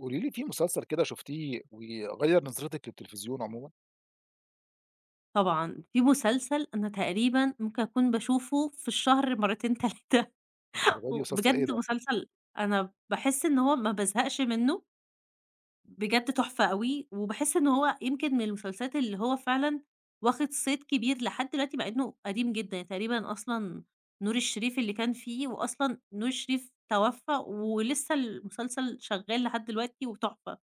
قولي لي في مسلسل كده شُفتيه وغيّر نظرتِك للتلفزيون عمومًا؟ طبعًا، في مسلسل أنا تقريبًا ممكن أكون باشوفه في الشهر مرتين 3 للدرجة دي مسلسل إيه وبجد ده؟ مسلسل أنا باحس إن هو ما بازهقش منه، بجد تحفة أوي، وباحس إن هو يمكن من المسلسلات اللي هو فعلًا واخد صيت كبير لحد دلوقتي مع إنه قديم جدًا، يعني تقريبًا أصلًا نور الشريف اللي كان فيه وأصلًا نور الشريف توفى ولسه المسلسل شغال لحد دلوقتي وتحفة،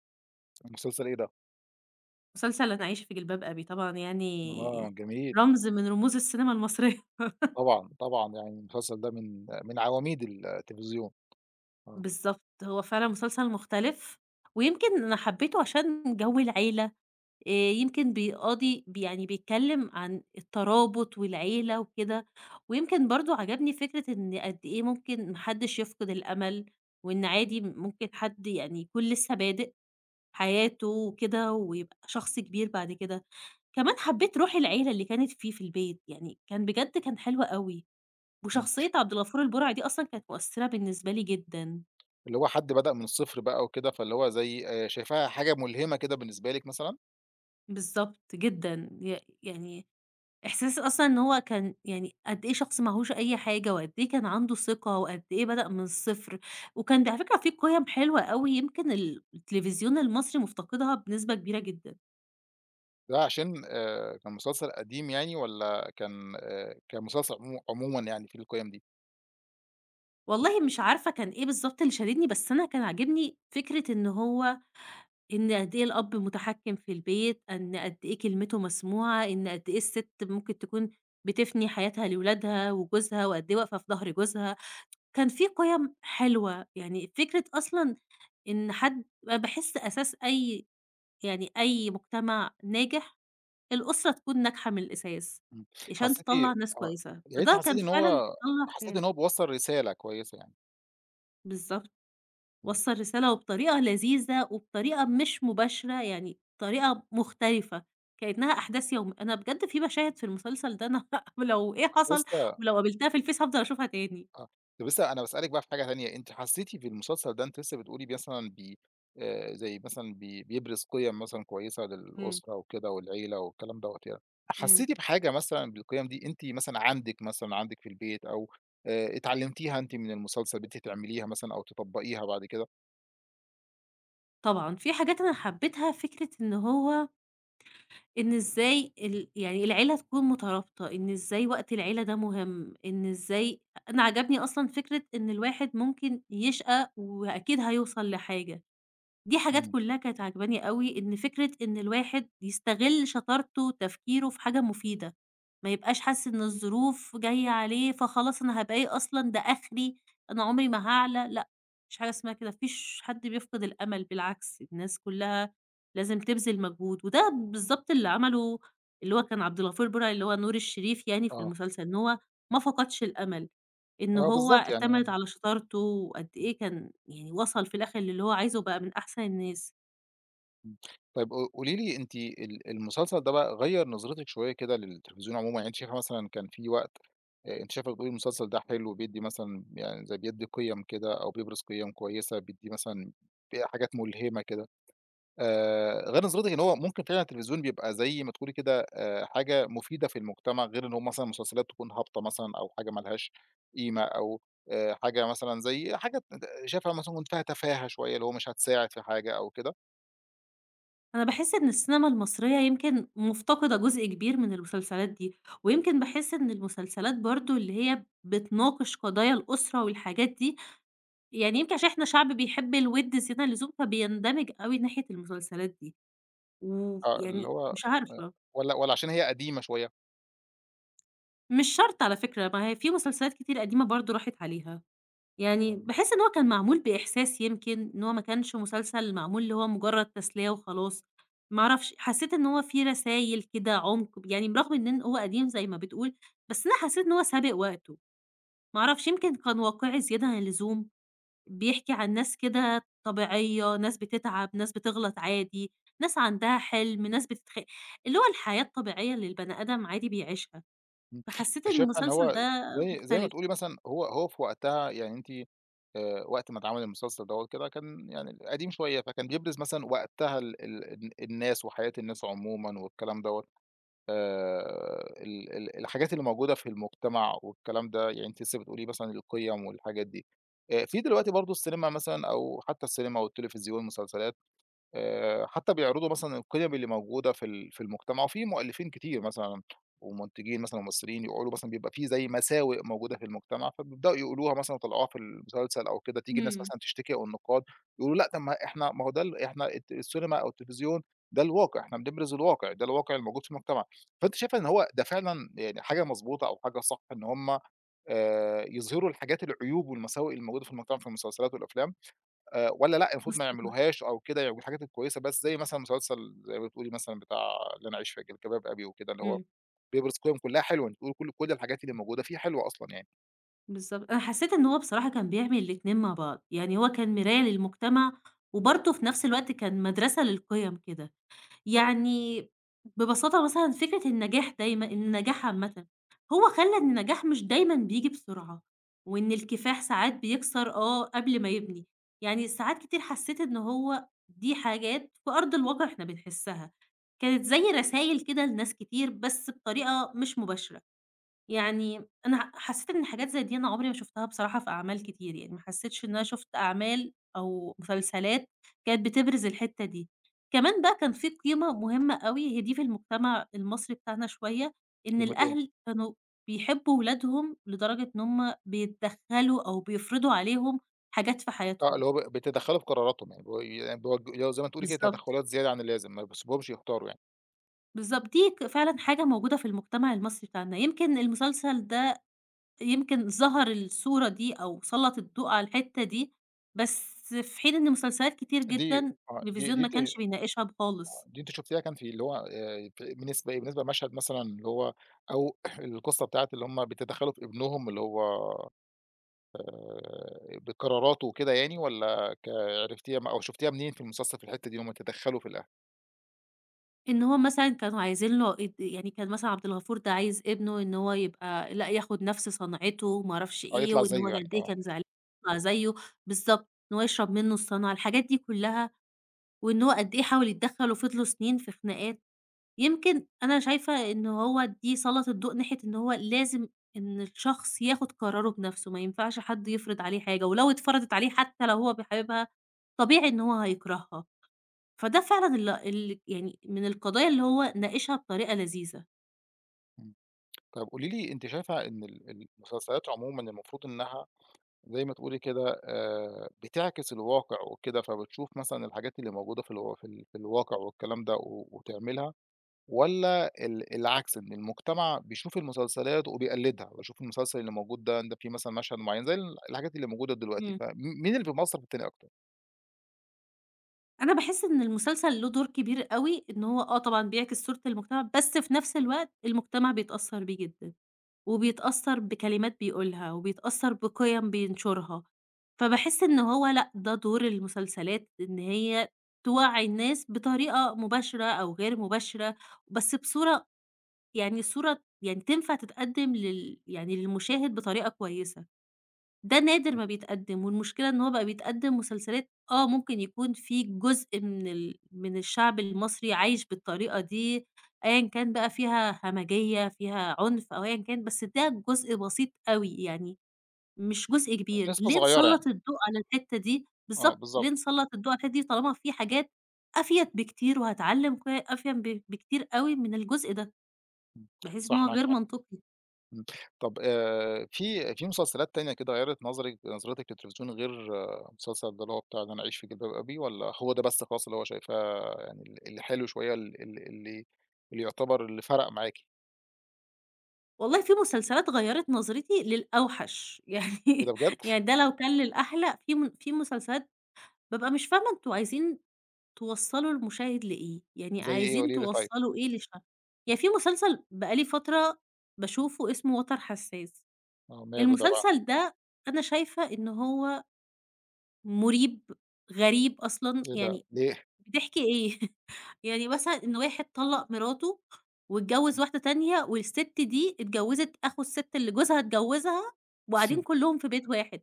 المسلسل إيه ده؟ مسلسل لن أعيش في جلباب أبي طبعًا آه، يعني جميل. رمز من رموز السينما المصرية. طبعًا، طبعًا يعني المسلسل ده من عواميد التلفزيون. آه. بالضبط، هو فعلًا مسلسل مختلف، ويمكن أنا حبيته عشان جو العيلة، يمكن بيقاضي ب يعني بيتكلم عن الترابط والعيلة وكده، ويمكن برضه عجبني فكرة إن قد إيه ممكن ما حدش يفقد الأمل، وإن عادي ممكن حد يعني يكون لسه بادئ حياته وكده ويبقى شخص كبير بعد كده، كمان حبيت روح العيلة اللي كانت فيه في البيت، يعني كان بجد كان حلو أوي، إمم. وشخصية عبد الغفور البرعي دي أصلًا كانت مؤثرة بالنسبة لي جدًا. اللي هو حد بدأ من الصفر بقى وكده، فاللي هو زي شايفاها حاجة ملهمة كده بالنسبة لِك مثلًا؟ بالضبط، جدًا. يعني إحساس أصلًا إن هو كان يعني قد إيه شخص ما هوش أي حاجة وقد إيه كان عنده ثقة وقد إيه بدأ من الصفر. وكان ده على فكرة في قِيَم حلوة أوي يمكن التلفزيون المصري مُفتقدها بنسبة كبيرة جدًا. ده عشان كان مسلسل قديم يعني والّا كان مسلسل عمومًا يعني في القيم دي؟ والله مش عارفة كان إيه بالضبط اللي شاددني، بس أنا كان عاجبني فكرة إن هو إن قد إيه الأب متحكِّم في البيت، إن قد إيه كلمته مسموعة، إن قد إيه الست ممكن تكون بتفني حياتها لولادها وجوزها وقد إيه واقفة في ضهر جوزها. كان في قِيَم حلوة، يعني فكرة أصلًا إن حد أنا باحس أساس أي يعني أي مجتمع ناجح، الأسرة تكون ناجحة من الأساس، إمم. عشان تطلّع حسّيتِ، ناس آه. كويسة، يعني أنتِ فده حسّيتِ كان إن فعلًا هو بيطلّع عيال بيوصّل رسالة كويسة يعني. بالضبط، إمم. وصّل رسالة وبطريقة لذيذة وبطريقة مش مباشرة، يعني طريقة مختلفة، كإنها أحداث يوم أنا بجد في مشاهد في المسلسل ده أنا لو إيه كنت حصل لسه. ولو قابلتها في الفيس هافضل أشوفها تاني. آه، طب لسه أنا باسألِك بقى في حاجة تانية، أنتِ حسيتِ في المسلسل ده أنتِ لسه بتقولي مثلًا زي مثلًا بيبرز قِيَم مثلًا كويسة إمم، للأسرة وكده والعيلة والكلام دوّة يعني. إمم. حسيتِ بحاجة مثلًا بالقِيَم دي أنتِ مثلًا عندِك في البيت أو اتعلمتيها أنتِ من المسلسل، بقيتِ تعمليها مثلًا أو تطبّقيها بعد كده؟ طبعًا، في حاجات أنا حبيتها، فكرة إن هو إن إزاي يعني العيلة تكون مترابطة، إن إزاي وقت العيلة ده مهم، إن إزاي أنا عجبني أصلًا فكرة إن الواحد ممكن يشقى وأكيد هيوصل لحاجة. دي حاجات إمم. كلّها كانت عاجباني أوي، إن فكرة إن الواحد يستغل شطارته وتفكيره في حاجة مفيدة، ما يبقاش حاسس إن الظروف جاية عليه فخلاص أنا هابقى إيه أصلًا ده آخري، أنا عمري ما هاعلى، لأ، ما فيش حاجة اسمها كده، ما فيش حد بيفقد الأمل بالعكس، الناس كلّها لازم تبذل مجهود، وده بالضبط اللي عمله اللي هو كان عبد الغفور برعي اللي هو نور الشريف يعني في آه. المسلسل، إن هو ما فقدش الأمل. إن آه، هو بالضبط اعتمد يعني. على شطارته وقد إيه كان يعني وصل في الآخر للي هو عايزه وبقى من أحسن الناس. إمم. طيب، قولي لي، أنتِ المسلسل ده بقى غيّر نظرتِك شوية كده للتلفزيون عمومًا، يعني أنتِ شايفة مثلًا كان في وقت. أنتِ شايفة بتقولي المسلسل ده حلو، بيدّي مثلًا يعني زي بيدّي قِيَم كده أو بيبرز قِيَم كويسة، بيدّي مثلًا حاجات ملهمة كده. غير نظرتِك إن هو ممكن فعلًا التلفزيون بيبقى زي ما تقولي كده حاجة مفيدة في المجتمع، غير إن هو مثلًا مسلسلات تكون هابطة مثلًا أو حاجة ما لهاش قيمة، أو حاجة مثلًا زي حاجة شايفها مثلًا كنت فيها تفاهة شوية، اللي هو مش هتساعد في حاجة أو كده؟ أنا باحس إن السينما المصرية يمكن مفتقدة جزء كبير من المسلسلات دي، ويمكن باحس إن المسلسلات برضه اللي هي بتناقش قضايا الأسرة والحاجات دي، يعني يمكن عشان إحنا شعب بيحب الوِد زيادة عن اللزوم فبيندمج أوي ناحية المسلسلات دي، آه، اللي ويعني هو مش عارفة، والّا عشان هي قديمة شوية؟ مش شرط على فكرة، ما هي في مسلسلات كتير قديمة برضه راحت عليها. يعني فم باحس إن هو كان معمول بإحساس يمكن، إن هو ما كانش مسلسل معمول اللي هو مجرد تسلية وخلاص، ما أعرفش، حسيت إن هو فيه رسايل كده عمق، يعني برغم إن هو قديم زي ما بتقول، بس أنا حسيت إن هو سابق وقته، ما أعرفش يمكن كان واقعي زيادة عن اللزوم، بيحكي عن ناس كده طبيعية، ناس بتتعب، ناس بتغلط عادي، ناس عندها حلم، ناس بتتخ اللي هو الحياة الطبيعية اللي البني آدم عادي بيعيشها، إمم. فحسيت أنتِ إن شايفة إن المسلسل ده هو زي ما مختلف. تقولي مثلًا هو في وقتها يعني أنتِ. وقت ما اتعمل المسلسل دوّة كده كان يعني قديم شوية، فكان بيبرز مثلًا وقتها ال ال الن الناس وحياة الناس عمومًا والكلام دوّة. ال ال الحاجات اللي موجودة في المجتمع والكلام ده، يعني أنتِ لسه بتقولي مثلًا القِيَم والحاجات دي. في دلوقتي برضه السينما مثلًا، أو حتى السينما والتلفزيون والمسلسلات، حتى بيعرضوا مثلًا القيم اللي موجودة في المجتمع، وفي مؤلفين كتير مثلًا ومنتجين مثلًا وممثلين، يقولوا مثلًا بيبقى في زي مساوئ موجودة في المجتمع، فبيبدأوا يقولوها مثلًا ويطلعوها في المسلسل أو كده، تيجي الناس إمم، مثلًا تشتكي أو النقاد يقولوا لأ، طب ما إحنا، ما هو ده، ال إحنا الت السينما أو التلفزيون ده الواقع، إحنا بنبرز الواقع، ده الواقع الموجود في المجتمع. فأنتِ شايفة إن هو ده فعلًا يعني حاجة مضبوطة أو حاجة صح، إن هم يظهروا الحاجات العيوب والمساوئ الموجودة في المجتمع في المسلسلات والأفلام؟ والّا لأ، المفروض ما بالضبط، يعملوهاش أو كده، يعملوا الحاجات الكويسة بس، زي مثلًا مسلسل زي ما بتقولي مثلًا بتاع اللي أنا أعيش في جلباب أبي وكده، اللي هو إمم. بيبرز قِيَم كلّها حلوة، أنتِ بتقولي كل الحاجات اللي موجودة فيه حلوة أصلًا يعني. بالضبط. أنا حسّيت إن هو بصراحة كان بيعمل الاتنين مع بعض. يعني هو كان مراية للمجتمع وبرضه في نفس الوقت كان مدرسة للقِيَم كده. يعني ببساطة مثلًا فكرة النجاح دايمًا النجاح عامةً، هو خلّى إن النجاح مش دايمًا بييجي بسرعة وإن الكفاح ساعات بيكسر آه قبل ما يبني. يعني ساعات كتير حسّيت إن هو دي حاجات في أرض الواقع إحنا بنحسّها. كانت زي رسايل كده لناس كتير بس بطريقة مش مباشرة. يعني أنا حسّيت إن حاجات زي دي أنا عمري ما شُفتها بصراحة في أعمال كتير، يعني ما حسّيتش إن أنا شُفت أعمال أو مسلسلات كانت بتبرز الحتّة دي. كمان بقى كان في قيمة مهمة أوي، هي دي في المجتمع المصري بتاعنا شوية، إن قيمتين. الأهل كانوا بيحبّوا ولادهم لدرجة إن هم بيتدخّلوا أو بيفرضوا عليهم حاجات في آه، حياتهم. اللي هو بتتدخّلوا في قراراتهم يعني، يعني زي ما تقولي كده بالضبط. تدخّلات زيادة عن اللازم، ما بيسيبوهمش يختاروا يعني. بالضبط، دي ك فعلًا حاجة موجودة في المجتمع المصري بتاعنا. يمكن المسلسل ده يمكن ظهر الصورة دي أو سلّط الضوء على الحتّة دي، بس في حين إن مسلسلات كتير دي جدًا آه، دي دي التلفزيون ما أنتِ كانش بيناقشها خالص. دي أنتِ شُفتيها كان في اللي هو في بالنسبة إيه، بالنسبة لمشهد مثلًا اللي هو، أو القصة بتاعة اللي هُم بيتدخّلوا في ابنهم، اللي هو بقراراته وكده يعني، والّا عرفتيها أو شُفتيها منين في المسلسل، في الحتّة دي إن هُم يتدخّلوا في الأهل؟ إن هو مثلًا كانوا عايزين له اد يعني كان مثلًا عبد الغفور ده عايز ابنه إن هو يبقى لأ، ياخُد نَفْس صنعته وما أعرفش آه، إيه، يطلع وإن هو زيه يعني، قد إيه آه. كان زعلان يطلع زيه بالضبط، إن هو يشرب منّه الصنعة، الحاجات دي كُلّها وإن هو قد إيه حاول يتدخّل وفضلوا سنين في خناقات. يمكن أنا شايفة إن هو دي سَلَطِت ضوء ناحية إن هو لازم إن الشخص ياخُد قراره بنَفْسه، ما ينفعش حد يفرض عليه حاجة، ولو اتفرضت عليه حتى لو هو بي حاببها، طبيعي إن هو هيكرهها. فده فعلًا ال ال يعني من القضايا اللي هو ناقشها بطريقة لذيذة. إمم. طَب قولي لي، أنتِ شايفة إن ال ال المسلسلات عمومًا المفروض إنّها زي ما تقولي كده بتعكس الواقع وكده، فبتشوف مثلًا الحاجات اللي موجودة في الواقع والكلام ده، و وتعملها، والّا العكس؟ إن المجتمع بيشوف المسلسلات وبيقلّدها، بيشوف المسلسل اللي موجود ده فيه مثلًا مشهد معيّن زي الحاجات اللي موجودة دلوقتي، إمم. مين اللي في مصر بتتني أكتر؟ أنا باحس إن المسلسل له دور كبير أوي إن هو آه طبعًا بيعكس صورة المجتمع، بس في نَفْس الوقت المجتمع بيتأثّر بيه جدًا. وبيتأثّر بكلمات بيقولها، وبيتأثّر بقِيَم بينشُرها، فباحس إن هو لأ، ده دور المسلسلات إن هي توعّي الناس بطريقة مباشرة أو غير مباشرة، بس بصورة يعني صورة يعني تنفع تتقدّم يعني للمشاهد بطريقة كويسة. ده نادر ما بيتقدّم، والمشكلة إن هو بقى بيتقدّم مسلسلات آه، ممكن يكون في جزء من الشعب المصري عايش بالطريقة دي، أيًا كان بقى فيها همجية، فيها عنف أو أيًا كان، بس ده جزء بسيط أوي، يعني مش جزء كبير. نسبة ليه صغيّرة يعني. نسلّط الضوء على الحتّة دي؟ آه، بالضبط، ليه بالضبط. نسلّط الضوء على الحتّة دي طالما في حاجات أفيد بكتير وهتعلّم ك أفيد ب بكتير أوي من الجزء ده، باحس إن صح، هو معاك غير حق. منطقي. إمم. طب، في مسلسلات تانية كده غيّرت نظرتِك للتلفزيون غير، آه، مسلسل ده اللي هو بتاع إن أنا أعيش في جلباب أبي، والّا هو ده بس خلاص اللي هو شايفاه يعني الحلو شوية، ال ال اللي اللي يعتبر اللي فرق معاكِ؟ والله في مسلسلات غيّرت نظرتي للأوحش، إيه ده يعني بجد؟ يعني ده لو كان للأحلى، في مسلسلات بابقى مش فاهمة أنتم عايزين توصّلوا المشاهد لإيه، يعني زي إيه عايزين قولي لي طيب؟ توصّلوا إيه للش يعني في مسلسل بقى لي فترة باشوفه اسمه وتر حساس، آه، ماله ده بقى؟ المسلسل ده أنا شايفة إن هو مُريب، غريب أصلًا، إيه ده يعني ليه؟ بتحكي إيه؟ يعني مثلًا إن واحد طلّق مراته واتجوّز واحدة تانية والست دي اتجوّزت أخو الست اللي جوزها اتجوّزها وقاعدين كلّهم في بيت واحد،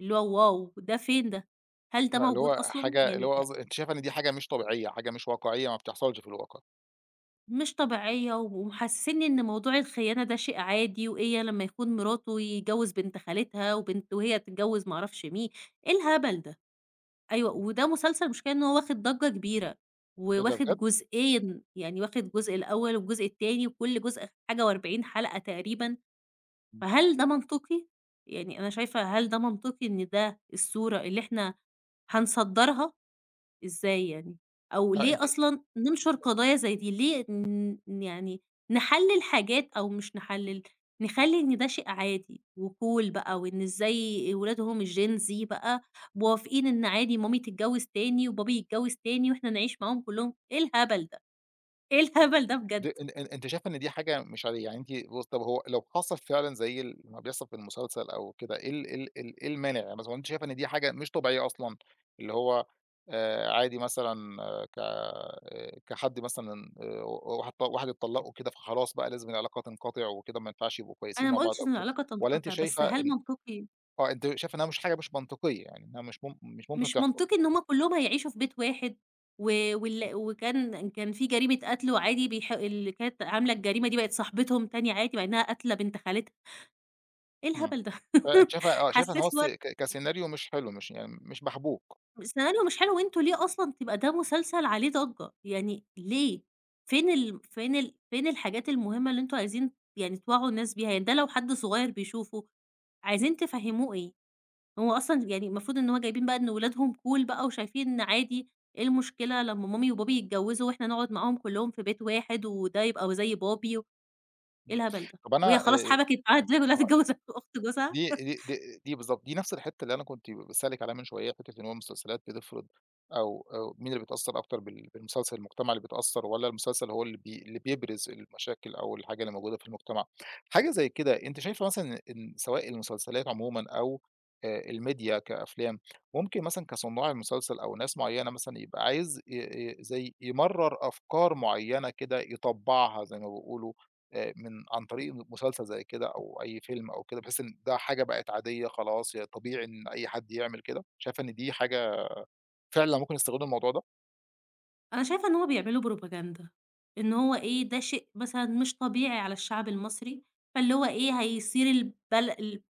اللي هو واو! ده فين ده؟ هل ده آه، اللي موجود هو أصلًا؟ حاجة، اللي يعني هو أ قصد أنتِ شايفة إن دي حاجة مش طبيعية، حاجة مش واقعية ما بتحصلش في الواقع. مش طبيعية ومحسّسني إن موضوع الخيانة ده شيء عادي وإيه لمّا يكون مراته يتجوّز بنت خالتها وبنت وهي تتجوّز ما أعرفش مين، إيه الهبل ده؟ أيوه، إمم. وده مسلسل المشكلة إن هو واخد ضجة كبيرة، إيه ده وواخد بجد؟ جزئين، يعني واخد جزء الأول والجزء التاني، وكل جزء حاجة و40 حلقة تقريبًا، إمم. فهل ده منطقي؟ يعني أنا شايفة هل ده منطقي إن ده الصورة اللي إحنا هنصدّرها؟ إزاي يعني؟ أو آه، أنتِ، ليه أصلًا ننشر قضايا زي دي؟ ليه ن ن يعني نحلِّل حاجات أو مش نحلِّل، نخلّي إن ده شيء عادي وcool بقى، وإن إزاي ولاد هم الGen Z بقى موافقين إن عادي مامي تتجوّز تاني وبابي يتجوّز تاني وإحنا نعيش معاهم كلّهم، إيه الهبل ده؟ إيه الهبل ده د بجد؟ أن أن أنتِ شايفة إن دي حاجة مش عادية، يعني أنتِ بُص طب هو لو حصل فعلًا زي ما بيحصل في المسلسل أو كده، إيه المانع؟ يعني مثلًا أنتِ شايفة إن دي حاجة مش طبيعية أصلًا، اللي هو عادي مثلًا، آه، ك آه، كحد مثلًا، واحد اتطلّقوا كده، فخلاص بقى لازم العلاقة تنقطع وكده، ما ينفعش يبقوا كويسين أنا مع ما بعض قُلتش أو إن كده، العلاقة والّا أنتِ تنقطع، بس شايفة هل إن منطقي آه، أنتِ شايفة إنها مش حاجة مش منطقية، يعني إنها مش ممكن مش تحصل؟ منطقي إن هُم كلّهم هيعيشوا في بيت واحد، و وكان كان في جريمة قتل وعادي بيح اللي كانت عاملة الجريمة دي بقت صاحبتهم تاني عادي، مع إنها قاتلة بنت خالتها، إيه إمم. الهبل ده! فأنتِ شايفة، آه، شايفة إن هو حسّيت اللي الس هو ك كسيناريو مش حلو، مش يعني مش محبوك. سيناريو مش حلو، وأنتم ليه أصلًا تبقى ده مسلسل عليه ضجّة، يعني ليه؟ فين الحاجات المهمة اللي أنتم عايزين يعني توعّوا الناس بيها، يعني ده لو حد صغير بيشوفه، عايزين تفهّموه إيه؟ هو أصلًا يعني المفروض إن هو جايبين بقى إن ولادهم cool بقى وشايفين إن عادي، إيه المشكلة لمّا مامي وبابي يتجوّزوا وإحنا نقعد معاهم كلّهم في بيت واحد وده يبقى زي بابي و إيه إمم. الهبل ده! طب وهي أنا خلاص حبكت معاها دماغ إنها آه، تتجوّز أخت جوزها. دي دي د دي بالضبط، دي نفس الحتّة اللي أنا كنت باسألِك عليها من شوية، حتّة إن هو المسلسلات بتفرض، أو مين اللي بيتأثّر أكتر بالمسلسل، المجتمع اللي بيتأثّر، والّا المسلسل هو اللي اللي بيبرز المشاكل أو الحاجة اللي موجودة في المجتمع؟ حاجة زي كده أنتِ شايفة مثلًا إن سواء المسلسلات عمومًا أو الميديا كأفلام، ممكن مثلًا كصُنّاع المسلسل أو ناس معيّنة مثلًا يبقى عايز ي ي زي يمرّر أفكار معيّنة كده يطبّعها زي ما بيقولوا، عن طريق مسلسل زي كده أو أي فيلم أو كده، بحيث إن ده حاجة بقت عادية خلاص، هي طبيعي إن أي حد يعمل كده، شايفة إن دي حاجة فعلًا ممكن يستغلوا الموضوع ده؟ أنا شايفة إن هو بيعملوا propaganda إن هو إيه، ده شيء مثلًا مش طبيعي على الشعب المصري، فاللي هو إيه، هيثير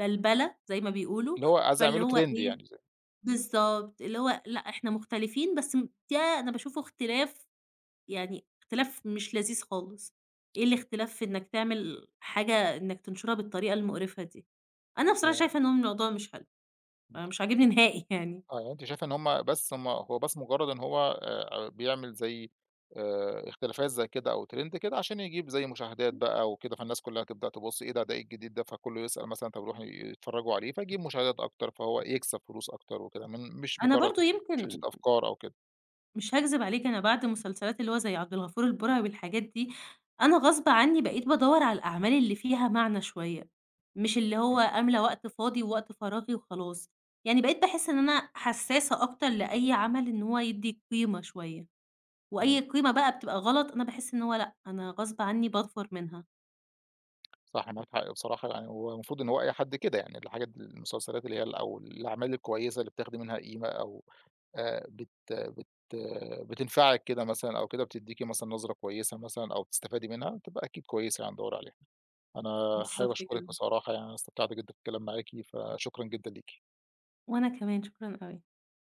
البلبلة زي ما بيقولوا، اللي هو عايز فاللي يعملوا هو trend إيه يعني زي. بالضبط، اللي هو لأ، إحنا مختلفين بس م ده أنا باشوفه اختلاف يعني اختلاف مش لذيذ خالص. إيه الاختلاف في إنّك تعمل حاجة إنّك تنشرها بالطريقة المقرفة دي؟ أنا بصراحة آه. شايفة إن هو الموضوع مش حلو، فمش عاجبني نهائي يعني. آه، يعني أنتِ شايفة إن هم بس، هو بس مجرد إن هو بيعمل زي اختلافات زي كده أو trend كده، عشان يجيب زي مشاهدات بقى وكده، فالناس كلها تبدأ تبُص إيه ده، ده إيه الجديد ده؟ فكله يسأل مثلًا طب يروحوا يتفرجوا عليه، فيجيب مشاهدات أكتر، فهو يكسب فلوس أكتر وكده، مش أنا مجرد برضه يمكن شتِّة أفكار أو كده. مش هاكذب عليك أنا بعد مسلسلات اللي هو زي عبد الغفور البرعي والحاجات دي، أنا غصب عنّي بقيت بادوّر على الأعمال اللي فيها معنى شوية، مش اللي هو إمم. أملى وقت فاضي ووقت فراغي وخلاص. يعني بقيت باحس إن أنا حسّاسة أكتر لأي عمل إن هو يدّي قيمة شوية. إمم. وأي قيمة بقى بتبقى غلط، أنا باحس إن هو لأ، أنا غصب عني باظفر منها. صح، معاك حق بصراحة، يعني هو المفروض إن هو أي حد كده يعني المسلسلات اللي هي ال أو الأعمال الكويسة اللي بتاخدي منها قيمة، أو بت بت بتنفعِك كده مثلًا أو كده، بتدّيكِ مثلًا نظرة كويسة مثلًا أو بتستفادي منها، بتبقى أكيد كويسة يعني، ندوّر عليها. أنا حابب بالضبط أشكرِك كده. بصراحة، يعني أنا استمتعت جدًا بالكلام معاكِ، فشكرًا جدًا ليكِ. وأنا كمان، شكرًا أوي.